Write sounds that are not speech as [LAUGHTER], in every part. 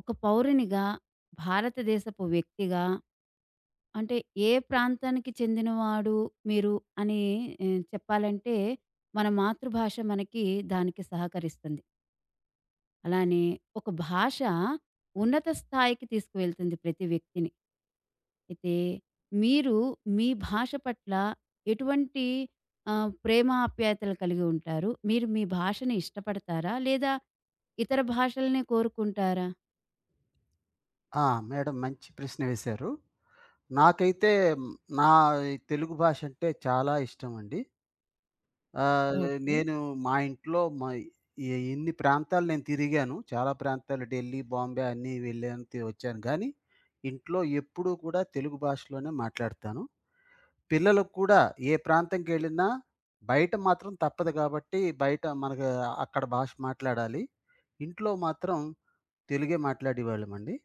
ఒక పౌరునిగా, భారతదేశపు వ్యక్తిగా అంటే ఏ ప్రాంతానికి చెందినవాడు మీరు అని చెప్పాలంటే మన మాతృభాష మనకి దానికి సహకరిస్తుంది. అలానే ఒక భాష ఉన్నత స్థాయికి తీసుకువెళ్తుంది ప్రతి వ్యక్తిని. అయితే మీరు మీ భాష పట్ల ఎటువంటి ప్రేమ ఆప్యాయతలు కలిగి ఉంటారు? మీరు మీ భాషని ఇష్టపడతారా? లేదా ఇతర భాషలనే కోరుకుంటారా? ఆ! మేడం మంచి ప్రశ్న వేశారు. నాకైతే హ్మ్, నా ఈ తెలుగు భాష అంటే చాలా ఇష్టమండి. ఆహ్, ఓకే. నేను మా ఇంట్లో ఎన్ని ప్రాంతాలు నేను తిరిగాను. చాలా ప్రాంతాలు ఢిల్లీ, బాంబే అన్నీ వెళ్ళాను, వచ్చాను. కానీ ఇంట్లో ఎప్పుడూ కూడా తెలుగు భాషలోనే మాట్లాడతాను. పిల్లలకు కూడా ఏ ప్రాంతంకెళ్ళినా బయట మాత్రం తప్పదు కాబట్టి బయట మనకు అక్కడ భాష మాట్లాడాలి. ఇంట్లో మాత్రం తెలుగే మాట్లాడేవాళ్ళమండి.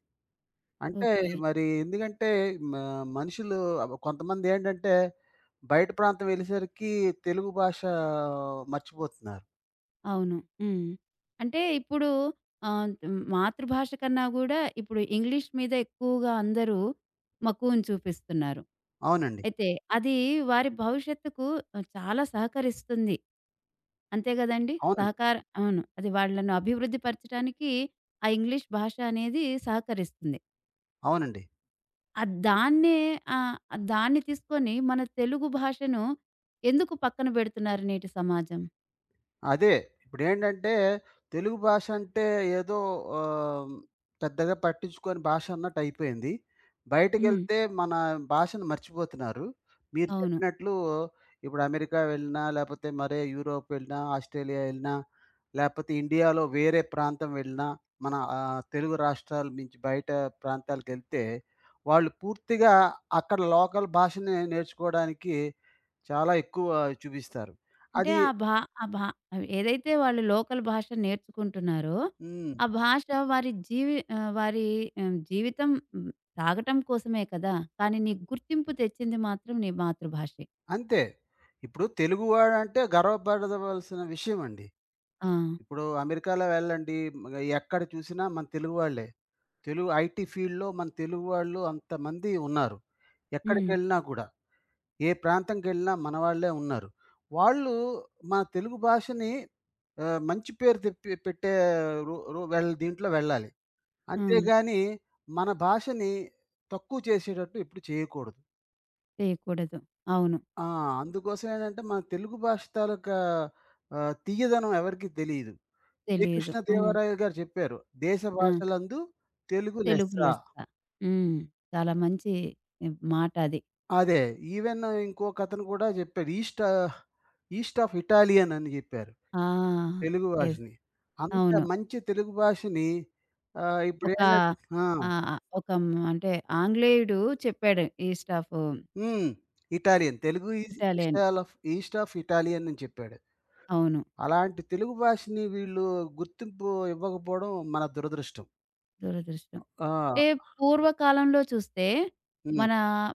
అంటే ఓకే. మరి ఎందుకంటే మ మనుషులు కొంతమందేంటంటే బయట ప్రాంతం వెళ్ళేసరికి తెలుగు భాష మర్చిపోతున్నారు. అవును. హ్మ్. అంటే ఇప్పుడు ఆహ్, మాతృభాష కన్నా గూడా ఇప్పుడు ఇంగ్లీష్ మీద ఎక్కువగా అందరూ మక్కువను చూపిస్తున్నారు. అవునండి. అయితే అది వారి భవిష్యత్తుకు చాలా సహకరిస్తుంది. అంతే గదండీ! అవునండి. అవును. అది వాళ్ళను అభివృద్ధి పరచటానికి ఆ ఇంగ్లీష్ భాష అనేది సహకరిస్తుంది. అవునండి. ఆహ్, దాన్నే ఆహ్, దాన్ని తీసుకొని మన తెలుగు భాషను ఎందుకు పక్కన బెడుతున్నారు నేటి సమాజం? అదే. ఇప్పుడేంటంటే, తెలుగు భాష అంటే ఏదో ఆహ్, పెద్దగా పట్టించుకోని భాష అన్నట్టయిపోయింది. హ్మ్. బయటికెళ్తే మన భాషను మర్చిపోతున్నారు. మీరు అవును. చెప్పినట్లు ఇప్పుడు అమెరికా వెళ్ళినా, లేపోతే మరే యూరోప్ వెళ్ళినా, ఆస్ట్రేలియా వెళ్ళినా, లేపోతే ఇండియాలో వేరే ప్రాంతం వెళ్ళినా, మన తెలుగు రాష్ట్రాల నుంచి బయట ప్రాంతాలకెళ్తే, వాళ్ళు పూర్తిగా అక్కడ లోకల్ భాషనే నేర్చుకోవడానికి చాలా ఎక్కువ చూపిస్తారు. అంటే అది ఆ భా ఆ భా ఏదైతే వాళ్ళు లోకల్ భాష నేర్చుకుంటున్నారో, హ్మ్. ఆ భాష వారి జీవితం హ్మ్, సాగటం కోసమే కదా! కానీ నీకు గుర్తింపు తెచ్చింది మాత్రం నీ మాతృభాషే. అంతే. ఇప్పుడు తెలుగువాడంటే గర్వపడవలసిన విషయం అండి. ఆ! ఇప్పుడు అమెరికాలో వెళ్ళండి, మ ఎక్కడ చూసినా మన తెలుగు వాళ్ళే. తెలుగు ఐటీ ఫీల్డ్‌లో మన తెలుగు వాళ్ళు అంతమంది ఉన్నారు. హ్మ్. ఎక్కడికెళ్ళినా కూడా, ఏ ప్రాంతంకెళ్ళినా మన వాళ్ళే ఉన్నారు. వాళ్ళు మన తెలుగు భాషని మంచి పేరు తెప్పి పెట్టే రో రో వెళ్ దీంట్లో వెళ్ళాలి. హ్మ్. అంతేగాని మన భాషని తక్కువ చేసేటట్టు ఎప్పుడు చేయకూడదు. చేయకూడదు. అవును. ఆ! అందుకోసం ఏంటంటే, మన తెలుగు భాష తాలూకా తీయదనం ఎవరికీ తెలీదు. తెలియదు. హ్మ్. 'శ్రీకృష్ణదేవరాయ' గారు చెప్పారు. 'దేశ ఆ! భాషలందు తెలుగు తెలుగు లెస్స.' లెస్స. హ్మ్. చాలా మంచి మాట అది. అదే. ఈవెన్ ఇంకొకతను కూడా చెప్పాడు. 'ఈస్ట్ ఆఫ్ ఇటాలియన్' అని చెప్పారు ఆ! తెలుగు యెస్. భాషని. అంత అవును. మంచి తెలుగు భాషని ఒక ఇప్పుడేంటంటే ఆ! ఒక అంటే ఆంగ్లేయుడు చెప్పాడు east of hmm. Italian. Telugu is east Italian. All of 'east of Italian' అని చెప్పాడు. అవును. అలాంటి తెలుగు భాషని వీళ్ళు గుర్తింపు ఇవ్వకపోవడం మన దురదృష్టం. దురదృష్టం. ఆ! అంటే పూర్వకాలంలో చూస్తే హ్మ్. మన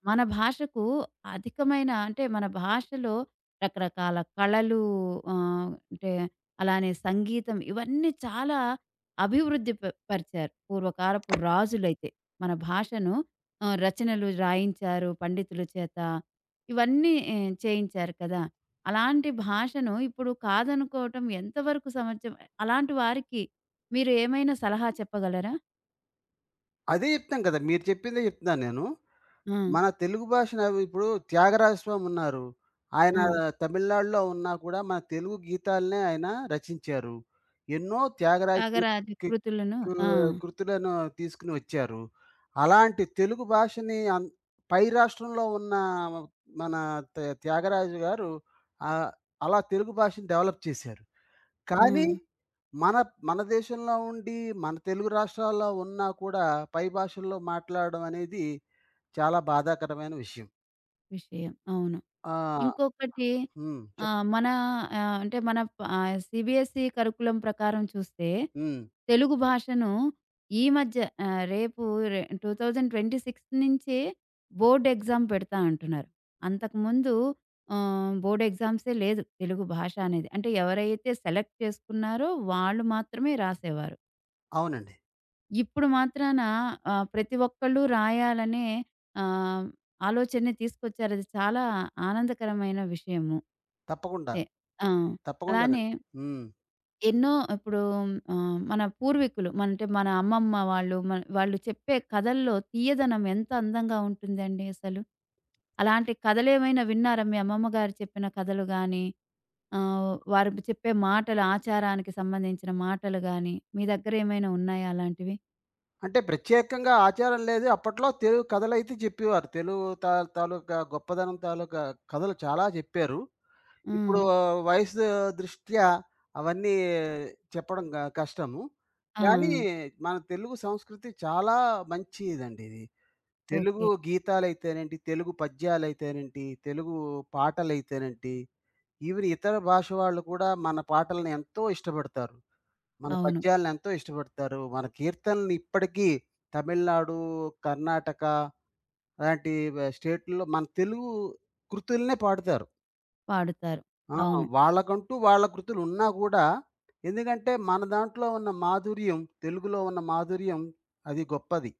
మన భాషకు అధికమైన అంటే మన భాషలో రకరకాల కళలు అంటే అలానే సంగీతం ఇవన్నీ చాలా అభివృద్ధి పరిచారు. పూర్వకాలపు రాజులైతే మన భాషను రచనలు రాయించారు పండితుల చేత. ఇవన్నీ చేయించారు కదా! అలాంటి భాషను ఇప్పుడు కాదనుకోవటం ఎంతవరకు సమంజసం? అలాంటి వారికి మీరు ఏమైనా సలహా చెప్పగలరా? అదే చెప్తున్నాను కదా! మీరు చెప్పిందే చెప్తున్నాను నేను. ఆ! మన తెలుగు భాషను అవి ఇప్పుడు 'త్యాగరాజ స్వామి' ఉన్నారు. ఆయన ఆ! తమిళనాడులో ఉన్నా కూడా మన తెలుగు గీతాలనే ఆయన రచించారు. ఎన్నో త్యాగరాయ కీ త్యాగరాజ కీ కృతులను కృ ఆ! కృతులను తీసుకొని వచ్చారు. అలాంటి తెలుగు భాషని పై రాష్ట్రంలో ఉన్న మన త్యాగరాజు గారు ఆహ్, అలా తెలుగు భాషను డెవలప్ చేశారు. ఆ! కానీ, మన మన దేశంలో ఉండి, మన తెలుగు రాష్ట్రాల్లో ఉన్నా కూడా పై భాషల్లో మాట్లాడడం అనేది చాలా బాధాకరమైన విషయం. విషయం. అవును. ఆ! ఇంకొకటి హ్మ్. చెప్ ఆహ్, మన అంటే మన సీబీఎస్‌ఈ కరికులం ప్రకారం చూస్తే హ్మ్. తెలుగు భాషను ఈ మధ్య రేపు 2026 నుంచే బోర్డ్ ఎగ్జామ్ పెడతా అంటున్నారు. అంతకుముందు బోర్డ్ ఎగ్జామ్సే లేదు తెలుగు భాష అనేది. అంటే ఎవరైతే సెలెక్ట్ చేసుకున్నారో వాళ్ళు మాత్రమే రాసేవారు. అవునండి. ఇప్పుడు మాత్రాన ప్రతి ఒక్కళ్ళు రాయాలనే ఆహ్, ఆలోచనని తీసుకొచ్చారు. అది చాలా ఆనందకరమైన విషయము. తప్పకుండా. తే ఆ! అలానే తప్పకుండానండి. హ్మ్. ఎన్నో ఇప్పుడు మన పూర్వీకులు మన అంటే మన అమ్మమ్మ వాళ్ళు మన వాళ్ళు చెప్పే కథల్లో తీయదనం ఎంత అందంగా ఉంటుందండి అసలు. అలాంటి కథలేమైనా విన్నారా? మీ అమ్మమ్మ గారు చెప్పిన కథలు గాని, వారు చెప్పే మాటలు ఆచారానికి సంబంధించిన మాటలు గాని, మీ దగ్గర ఏమైనా ఉన్నాయా అలాంటివి? అంటే ప్రత్యేకంగా ఆచారం లేదు. అప్పట్లో తెలుగు కథలైతే చెప్పేవారు. తెలుగు తా తాలూకా గొప్పదనం తాలూకా కథలు చాలా చెప్పారు. ఇప్పుడు హ్మ్. వయసు దృష్ట్యా అవన్నీ చెప్పడం కష్టము. ఆ! కానీ, మన తెలుగు సంస్కృతి చాలా మంచిదండి ఇది. తెలుగు ఓకే. గీతాలైతేనేంటి, తెలుగు పద్యాలైతేనేంటి, తెలుగు పాటలైతేనేంటి, ఈవెన్ ఇతర భాష వాళ్ళు కూడా మన పాటలను ఎంతో ఇష్టపడతారు. మన అవును. పద్యాలను ఎంతో ఇష్టపడతారు. మన కీర్తనలు ఇప్పటికీ తమిళనాడు, కర్ణాటక అలాంటి స్టేట్‌ల్లో మన తెలుగు కృతుల్నే పాడుతారు. పాడుతారు. ఆ! అవును. వాళ్ళకంటూ వాళ్ళ కృతులు ఉన్నా గూడా, ఎందుకంటే మన దాంట్లో ఉన్న మాధుర్యం, తెలుగులో ఉన్న మాధుర్యం అది గొప్పది.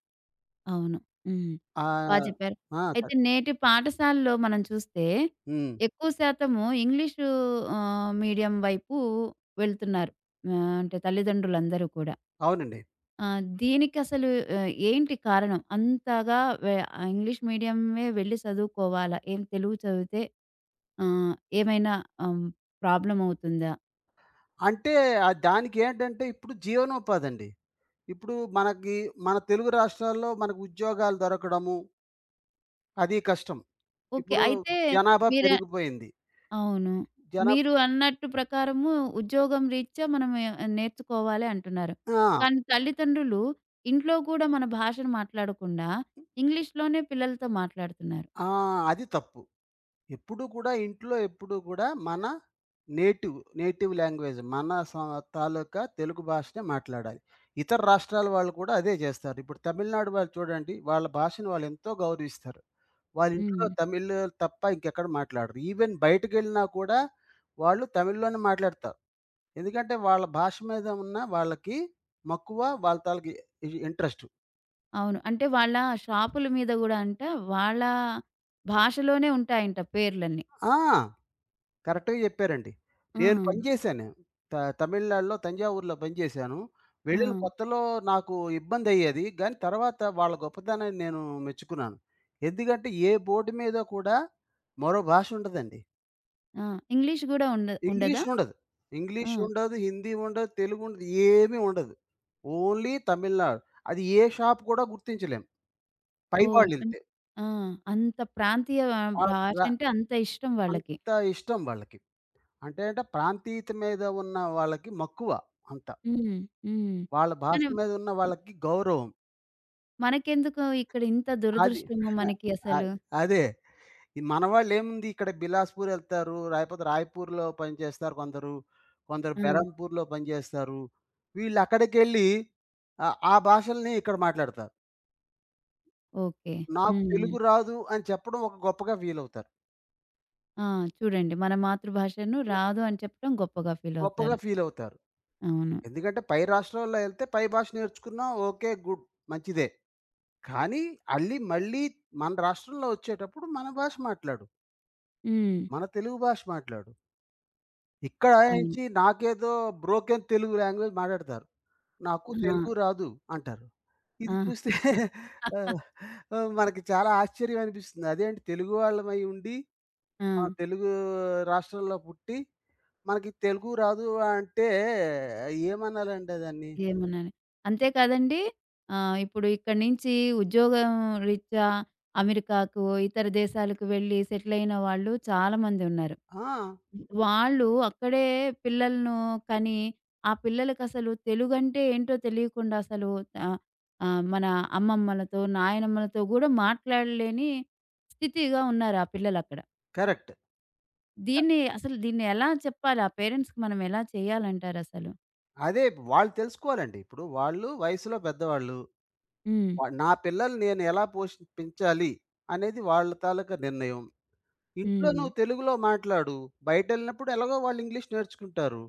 అవును. హ్మ్. ఆహ్, చెప్పారు. ఆ! క అయితే నేటి పాఠశాలలో మనం చూస్తే హ్మ్. ఎక్కువ శాతము ఇంగ్లీషు మీడియం వైపు వెళ్తున్నారు. అంటే తల్లిదండ్రులందరూ కూడా. అవునండి. దీనికసలు ఏంటి కారణం? అంతగా వె ఇంగ్లీష్ మీడియమే వెళ్లి చదువుకోవాలా? ఏం తెలుగు చదివితే ఆహ్, ఏమైనా ఆహ్, ప్రాబ్లమ్ అవుతుందా? అంటే దానికేంటంటే ఇప్పుడు జీవనోపాధండి. ఇప్పుడు మనకి మన తెలుగు రాష్ట్రాల్లో మనకు ఉద్యోగాలు దొరకడము, అది కష్టం. ఓకే. ఇప్పుడు అయితే జనాభా మీర పెరిగిపోయింది. అవును. జనా మీరు అన్నట్టు ప్రకారము ఉద్యోగం రీత్యా మనం నేర్చుకోవాలి అంటున్నారు. ఆ! కానీ తల్లిదండ్రులు ఇంట్లో కూడా మన భాషను మాట్లాడకుండా ఇంగ్లీష్‌లోనే పిల్లలతో మాట్లాడుతున్నారు. ఆ! అది తప్పు. ఎప్పుడూ కూడా ఇంట్లో ఎప్పుడూ కూడా మన నేటివ్ లాంగ్వేజ్ మన స తాలూకా తెలుగు భాషనే మాట్లాడాలి. ఇతర రాష్ట్రాల వాళ్ళు కూడా అదే చేస్తారు. ఇప్పుడు తమిళనాడు వాళ్ళు చూడండి, వాళ్ళ భాషను వాళ్ళెంతో గౌరవిస్తారు. వాళ్ళింట్లో హ్మ్. తమిళ్ తప్ప ఇంకెక్కడ మాట్లాడరు. ఈవెన్ బయటికెళ్ళినా కూడా వాళ్ళు తమిళ్‌లోనే మాట్లాడతారు. ఎందుకంటే వాళ్ళ భాష మీద ఉన్న వాళ్ళకి మక్కువ, వాళ్ళ తాలూకు ఇంట్రెస్టు. అవును. అంటే వాళ్ళ షాపుల మీద గూడా వాళ్ళ భాషలోనే ఉంటాయంట పేర్లన్నీ. ఆ! కరెక్ట్‌గా జెప్పారండి. ఆ! నేను పనిజేశాను. త తమిళనాడులో తంజావూరులో పనిజేశాను. ఆ! వెళ్ళిన కొత్తలో నాకు ఇబ్బందయ్యేది. గానీ తర్వాత వాళ్ళ గొప్పతనాన్ని నేను మెచ్చుకున్నాను. ఎందుకంటే ఏ బోర్డు మీద కూడా మరో భాష ఉండదండి. ఆ! ఇంగ్లీష్ గూడా ఉండ ఇంగ్లీష్ ఉండదా? ఉండదు. ఇంగ్లీష్ ఆ! ఉండదు, హిందీ ఉండదు, తెలుగు ఉండదు, ఏమీ ఉండదు. ఓన్లీ తమిళనాడు. అది ఏ షాప్ కూడా గుర్తించలేం. పై ఓహ్! వాళ్ళెళ్తే. ఆ! అంత ప్రాంతీయ ఆ! భాష ర అంటే అంత ఇష్టం వాళ్ళకి. అంత ఇష్టం వాళ్ళకి. అంటే అంటే ప్రాంతీయత మీద ఉన్న వాళ్ళకి మక్కువ అంత. హ్మ్. హ్మ్. వాళ్ళ భాష కానీ మీద ఉన్న వాళ్ళకి గౌరవం. మనకెందుకు ఇక్కడ ఇంత అది దురదృష్టము [LAUGHS] మనకి అ అసలు. అదే. ఈ మనవాళ్ళు ఏముంది ఇక్కడ బిలాస్‌పూర్ ఎళ్తారు. లేకపోతే రాయ్‌పూర్‌లో పనిచేస్తారు కొందరు. కొందరు ఆ! బెరంపూర్‌లో పనిచేస్తారు. వీళ్ళు అక్కడికెళ్ళి ఆ ఆ భాషల్ని ఇక్కడ మాట్లాడతారు. ఓకే. నాకు హ్మ్. తెలుగు రాదు అని చెప్పడం ఒక గొప్పగా ఫీల్ అవుతారు. ఆ! చూడండి మన మాతృభాషను రాదు అని చెప్పడం గొప్పగా గొప్పగా ఫీలవుతారు. ఫీల్ అవుతారు. అవును. ఎందుకంటే పై రాష్ట్రాల్లో ఎళ్తే పై భాష నేర్చుకున్నా ఓకే. గుడ్. మంచిదే. కానీ మళ్ళీ మన రాష్ట్రంలో వచ్చేటప్పుడు మన భాష మాట్లాడు. హ్మ్. మన తెలుగు భాష మాట్లాడు. ఇక్కడ అవును. నుంచి నాకేదో బ్రోకెన్ తెలుగు లాంగ్వేజ్ మాట్లాడతారు. నాకు ఆ! తెలుగు రాదు అంటారు. ఇది ఆ! చూస్తే ఆహ్, మనకి చాలా ఆశ్చర్యం అనిపిస్తుంది. అదేంటి తెలుగు వాళ్ళమై ఉండి, ఆ! ఆ తెలుగు రాష్ట్రంలో పుట్టి, మనకి తెలుగు రాదు అంటే ఏమనాలండి దాన్ని? ఏమనాలి. అంతే కాదండి ఇప్పుడు ఇక్కడి నుంచి ఉద్యోగం రీత్యా అమెరికాకు, ఇతర దేశాలకు వెళ్లి సెటిలైన వాళ్ళు చాలామంది ఉన్నారు. ఆ! వాళ్ళు అక్కడే పిల్లలను కని, ఆ పిల్లలకసలు తెలుగంటే ఏంటో తెలియకుండా అసలు ఆహ్, ఆహ్, మన అమ్మమ్మలతో, నాయనమ్మలతో గూడా మాట్లాడలేని స్థితిగా ఉన్నారు ఆ పిల్లలక్కడ. కరెక్ట్. దీన్ని ఎలా చెప్పాలి? ఆ పేరెంట్స్‌కి మనం ఎలా చేయాలంటారసలు? అదే వాళ్ళు తెలుసుకోవాలండి. ఇప్పుడు వాళ్ళు వయసులో పెద్దవాళ్ళు. హ్మ్. నా పిల్లల్ని నేను ఎలా పోషించాలి అనేది వాళ్ళ తాలూకా నిర్ణయం. ఇంట్లో హ్మ్. నువ్వు తెలుగులో మాట్లాడు. బయటెళ్ళినప్పుడు ఎలాగో వాళ్ళు ఇంగ్లీష్ నేర్చుకుంటారు.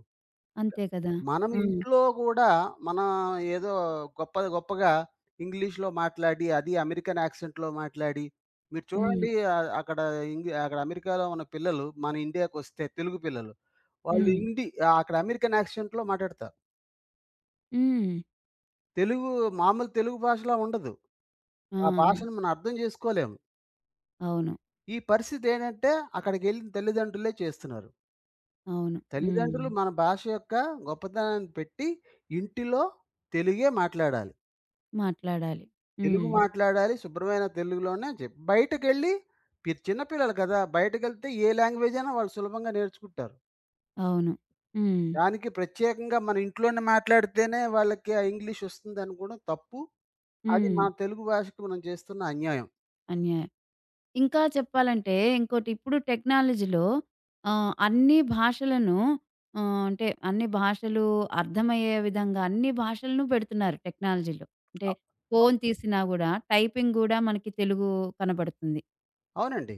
అంతే కదా! మనం ఆ! ఇంట్లో గూడా మనం ఏదో గొప్పగా ఇంగ్లీష్‌లో మాట్లాడి, అది అమెరికన్ యాక్సెంట్‌లో మాట్లాడి, మీరు హ్మ్. చూడండి అక్కడ ఇంగ్ అక్కడ అమెరికాలో ఉన్న పిల్లలు మన ఇండియాకొస్తే తెలుగు పిల్లలు, వాళ్ళు హ్మ్. అక్కడ అమెరికన్ యాక్సెంట్‌లో మాటాడతారు. హ్మ్. తెలుగు మామూలు తెలుగు భాషలా ఉండదు. ఆ! ఆ భాషను మనం అర్థం జేసుకోలేము. అవును. ఈ పరిస్థితేంటంటే అక్కడికెళ్ళిన తల్లిదండ్రులే చేస్తున్నారు. అవును. తల్లిదండ్రులు హ్మ్. మన భాష యొక్క గొప్పతనాన్ని పెట్టి ఇంటిలో తెలుగే మాట్లాడాలి. మాట్లాడాలి. తెలుగు హ్మ్. మాట్లాడాలి. శుభ్రమైన తెలుగులోనే చెప్ బయటకెళ్ళి చిన్న పిల్లలు కదా! బయటకెళ్తే ఏ లాంగ్వేజ్ అయినా వాళ్ళు సులభంగా నేర్చుకుంటారు. అవును. హ్మ్. దానికి ప్రత్యేకంగా మన ఇంట్లోనే మాట్లాడితేనే వాళ్ళకి ఆ ఇంగ్లీష్ వస్తుందనుకోవడం తప్పు. అది హ్మ్. మన తెలుగు భాషకు మనం చేస్తున్న అన్యాయం. అన్యాయం. ఇంకా చెప్పాలంటే ఇంకోటి ఇప్పుడు టెక్నాలజీలో అన్ని భాషలను అంటే అన్ని భాషలు అర్థమయ్యే విధంగా అన్ని భాషలను పెడుతున్నారు టెక్నాలజీలో. అంటే అవును. ఫోను తీసినా గూడా టైపింగ్ గూడా మనకి తెలుగు కనబడుతుంది. అవునండి.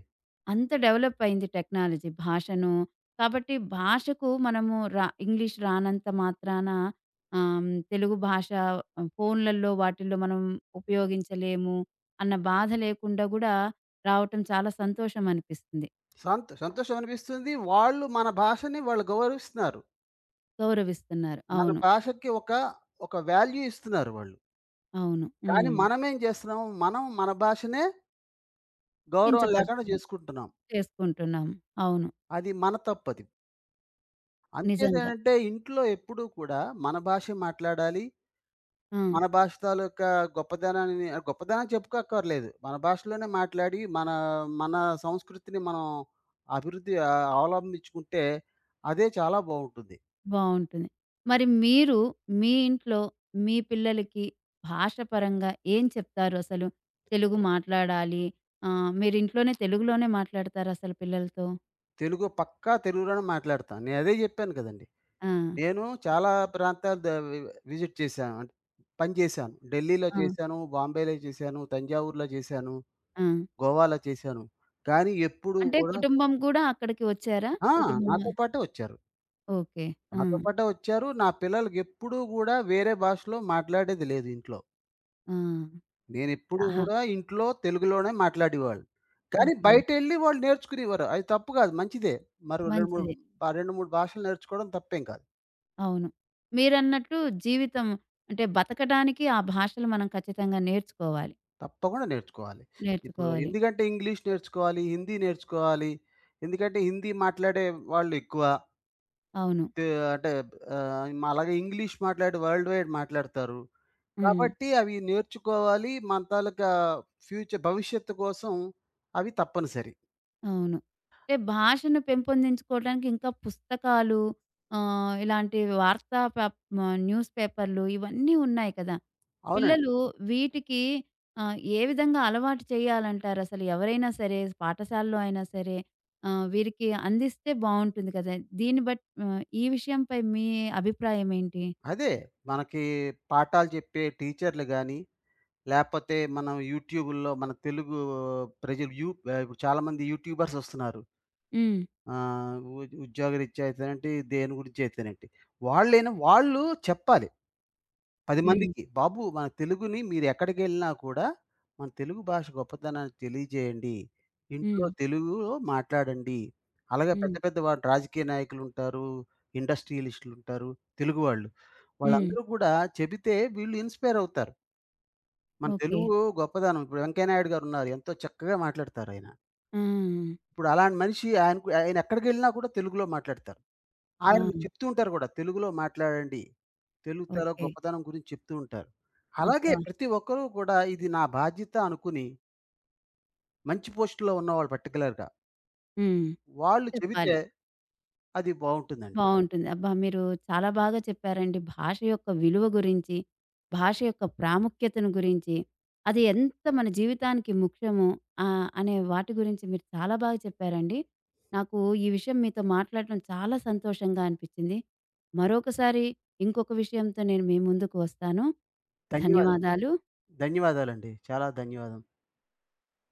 అంత డెవలప్ అయింది టెక్నాలజీ భాషను. కాబట్టి భాషకు మనము ఇంగ్లీష్ రానంత మాత్రాన తెలుగు భాష ఫోన్‌లలో వాటిల్లో మనం ఉపయోగించలేము అన్న బాధ లేకుండా గూడా రావటం చాలా సంతోషం అనిపిస్తుంది. సంతోషం అనిపిస్తుంది. వాళ్ళు మన భాషని వాళ్ళు గౌరవిస్తున్నారు. గౌరవిస్తున్నారు. మన అవును. భాషకి ఒక ఒక వాల్యూ ఇస్తున్నారు వాళ్ళు. అవును. కానీ హ్మ్. మనమేం చేస్తున్నాం, మనం మన భాషనే గౌరవం లేకుండా కించపరుచుకుని చేసుకుంటున్నాం. చేసుకుంటున్నాం. అవును. అది మన తప్పది. నిజంగా. అందుచేతేంటంటే ఇంట్లో ఎప్పుడూ కూడా మన భాషే మాట్లాడాలి. ఆ! మన భాష తాలూకా గొప్పదనం చెప్పుకోక్కర్లేదు. మన భాషలోనే మాట్లాడి మన, మన సంస్కృతిని మనం అవలంబించుకుంటే అదే చాలా బావుంటుంది. బావుంటుంది. మరి మీరు మీ ఇంట్లో మీ పిల్లలకి భాషపరంగా ఏం చెప్తారు అసలు? తెలుగు మాట్లాడాలి. మీరింట్లోనే తెలుగులోనే మాట్లాడతారా అసలు పిల్లలతో? తెలుగు పక్కా తెలుగులోనే మాట్లాడతాం. నేనదే చెప్పాను కదండీ! ఆ! నేను చాలా ప్రాంతాలు ద వి విజిట్ చేశాను. అంటే పని చేశాను. ఢిల్లీలో ఆ! చేశాను, బాంబేలో చేశాను, తంజావూరులో చేశాను, ఆ! గోవాలో చేశాను. కానీ ఎప్పుడు అంటే గూడా కుటుంబం గూడా అక్కడికి వచ్చారా? ఆ! కుటుంబం నాతో పాటే వచ్చారు. ఓకే. ఆ! నాతో పాటే వచ్చారు. నా పిల్లలకెప్పుడు గూడా వేరే భాషలో మాట్లాడేది లేదు ఇంట్లో. ఆ! నేనెప్పుడు ఆహా! గూడా ఇంట్లో తెలుగులోనే మాట్లాడేవాడిని. కానీ ఓకే. బయటెళ్ళి వాళ్ళు నేర్చుకునేవారు. అది తప్పు గాదు మంచిదే. మరో 2, 3 మంచిదే. 2, 3 భాషలు నేర్చుకోవడం తప్పేం కాదు. అవును. మీరన్నట్టు జీవితం అంటే బతకడానికి ఆ భాషలు మనం ఖచ్చితంగా నేర్చుకోవాలి. తప్పకుండా నేర్చుకోవాలి. ఇప్పుడు నేర్చుకోవాలి. ఎందుకంటే ఇంగ్లీష్ నేర్చుకోవాలి, హిందీ నేర్చుకోవాలి. ఎందుకంటే హిందీ మాట్లాడే వాళ్ళు ఎక్కువ. అవును. తే అంటే అలాగే ఇంగ్లీష్ మాట్లాడి వరల్డ్ వైడ్ మాట్లాడతారు. హ్మ్. కాబట్టి అవి నేర్చుకోవాలి. మన తాలూకా భవిష్యత్తు కోసం అవి తప్పనిసరి. అవును. అంటే భాషను పెంపొందించుకోవడానికి ఇంకా పుస్తకాలు ఇలాంటి న్యూస్ పేపర్లు ఇవన్నీ ఉన్నాయి కదా! అవునండి. పిల్లలు వీటికి ఏ విధంగా అలవాటు చేయాలంటారు? అసలు ఎవరైనా సరే పాఠశాలలో అయినా సరే వీరికి అందిస్తే బావుంటుంది కదా! ఈ విషయంపై మీ అభిప్రాయం ఏంటి? అదే మనకి పాఠాలు చెప్పే టీచర్లు గాని, లేపోతే మనం యూట్యూబుల్లో మన తెలుగు ప్రజలు ఇప్పుడు చాలామంది యూట్యూబర్స్ వస్తున్నారు. హ్మ్. ఆహ్, ఉ ఉద్యోగరీత్యా అయితేనేంటి, దేని గురించి అయితేనేంటి. వాళ్ళైనా వాళ్ళు చెప్పాలి. 10 హ్మ్. మందికి, "బాబు మన తెలుగుని మీరెక్కడికెళ్ళినా కూడా, మన తెలుగు భాష గొప్పతనాన్ని తెలియజేయండి. ఇంట్లో హ్మ్. తెలుగులో మాట్లాడండి." అలాగే పెద్ద హ్మ్. పెద్ద వాళ్ళు రాజకీయ నాయకులుంటారు, ఇండస్ట్రియలిస్టులుంటారు, తెలుగు వాళ్ళు. హ్మ్. వాళ్ళందరూ కూడా చెబితే వీళ్ళు ఇన్‌స్పైర్ అవుతారు. మన ఓకే. తెలుగు గొప్పదనం ఇప్పుడు వెంకయ్య నాయుడు గారున్నారు. ఎంతో చక్కగా మాట్లాడతారాయన. ఆ! ఇప్పుడు అలాంటి మనిషి ఆయనకు ఆయన ఎక్కడికెళ్ళినా కూడా తెలుగులో మాట్లాడతారు. ఆ! ఆయన చెప్తూ ఉంటారు గూడా. తెలుగులో మాట్లాడండి. తెలుగు ఓకే. గొప్పతనం గురించి చెప్తూ ఉంటారు. అలాగే అబ్బా! ప్రతి ఒక్కరూ కూడా ఇది నా బాధ్యత అనుకుని మంచి పోస్ట్‌లో ఉన్నవాళ్ళు పర్టిక్యులర్‌గా. హ్మ్. వాళ్ళు చెబితే చెప్పాలి. అది బావుంటుందండి. బావుంటుంది. అబ్బా! మీరు చాలా బాగా చెప్పారండి. భాష యొక్క విలువ గురించి, భాష యొక్క ప్రాముఖ్యతను గురించి, అది ఎంత మన జీవితానికి ముఖ్యము అనే వాటి గురించి మీరు చాలా బాగా చెప్పారండి. నాకు ఈ విషయం మీతో మాట్లాడటం చాలా సంతోషంగా అనిపిచ్చింది. మరొకసారి ఇంకొక విషయంతో నేను మీ ముందుకు వస్తాను. ధన్యవాదాలు. ధన్యవాదాలు. ధన్యవాదాలండి. చాలా ధన్యవాదం.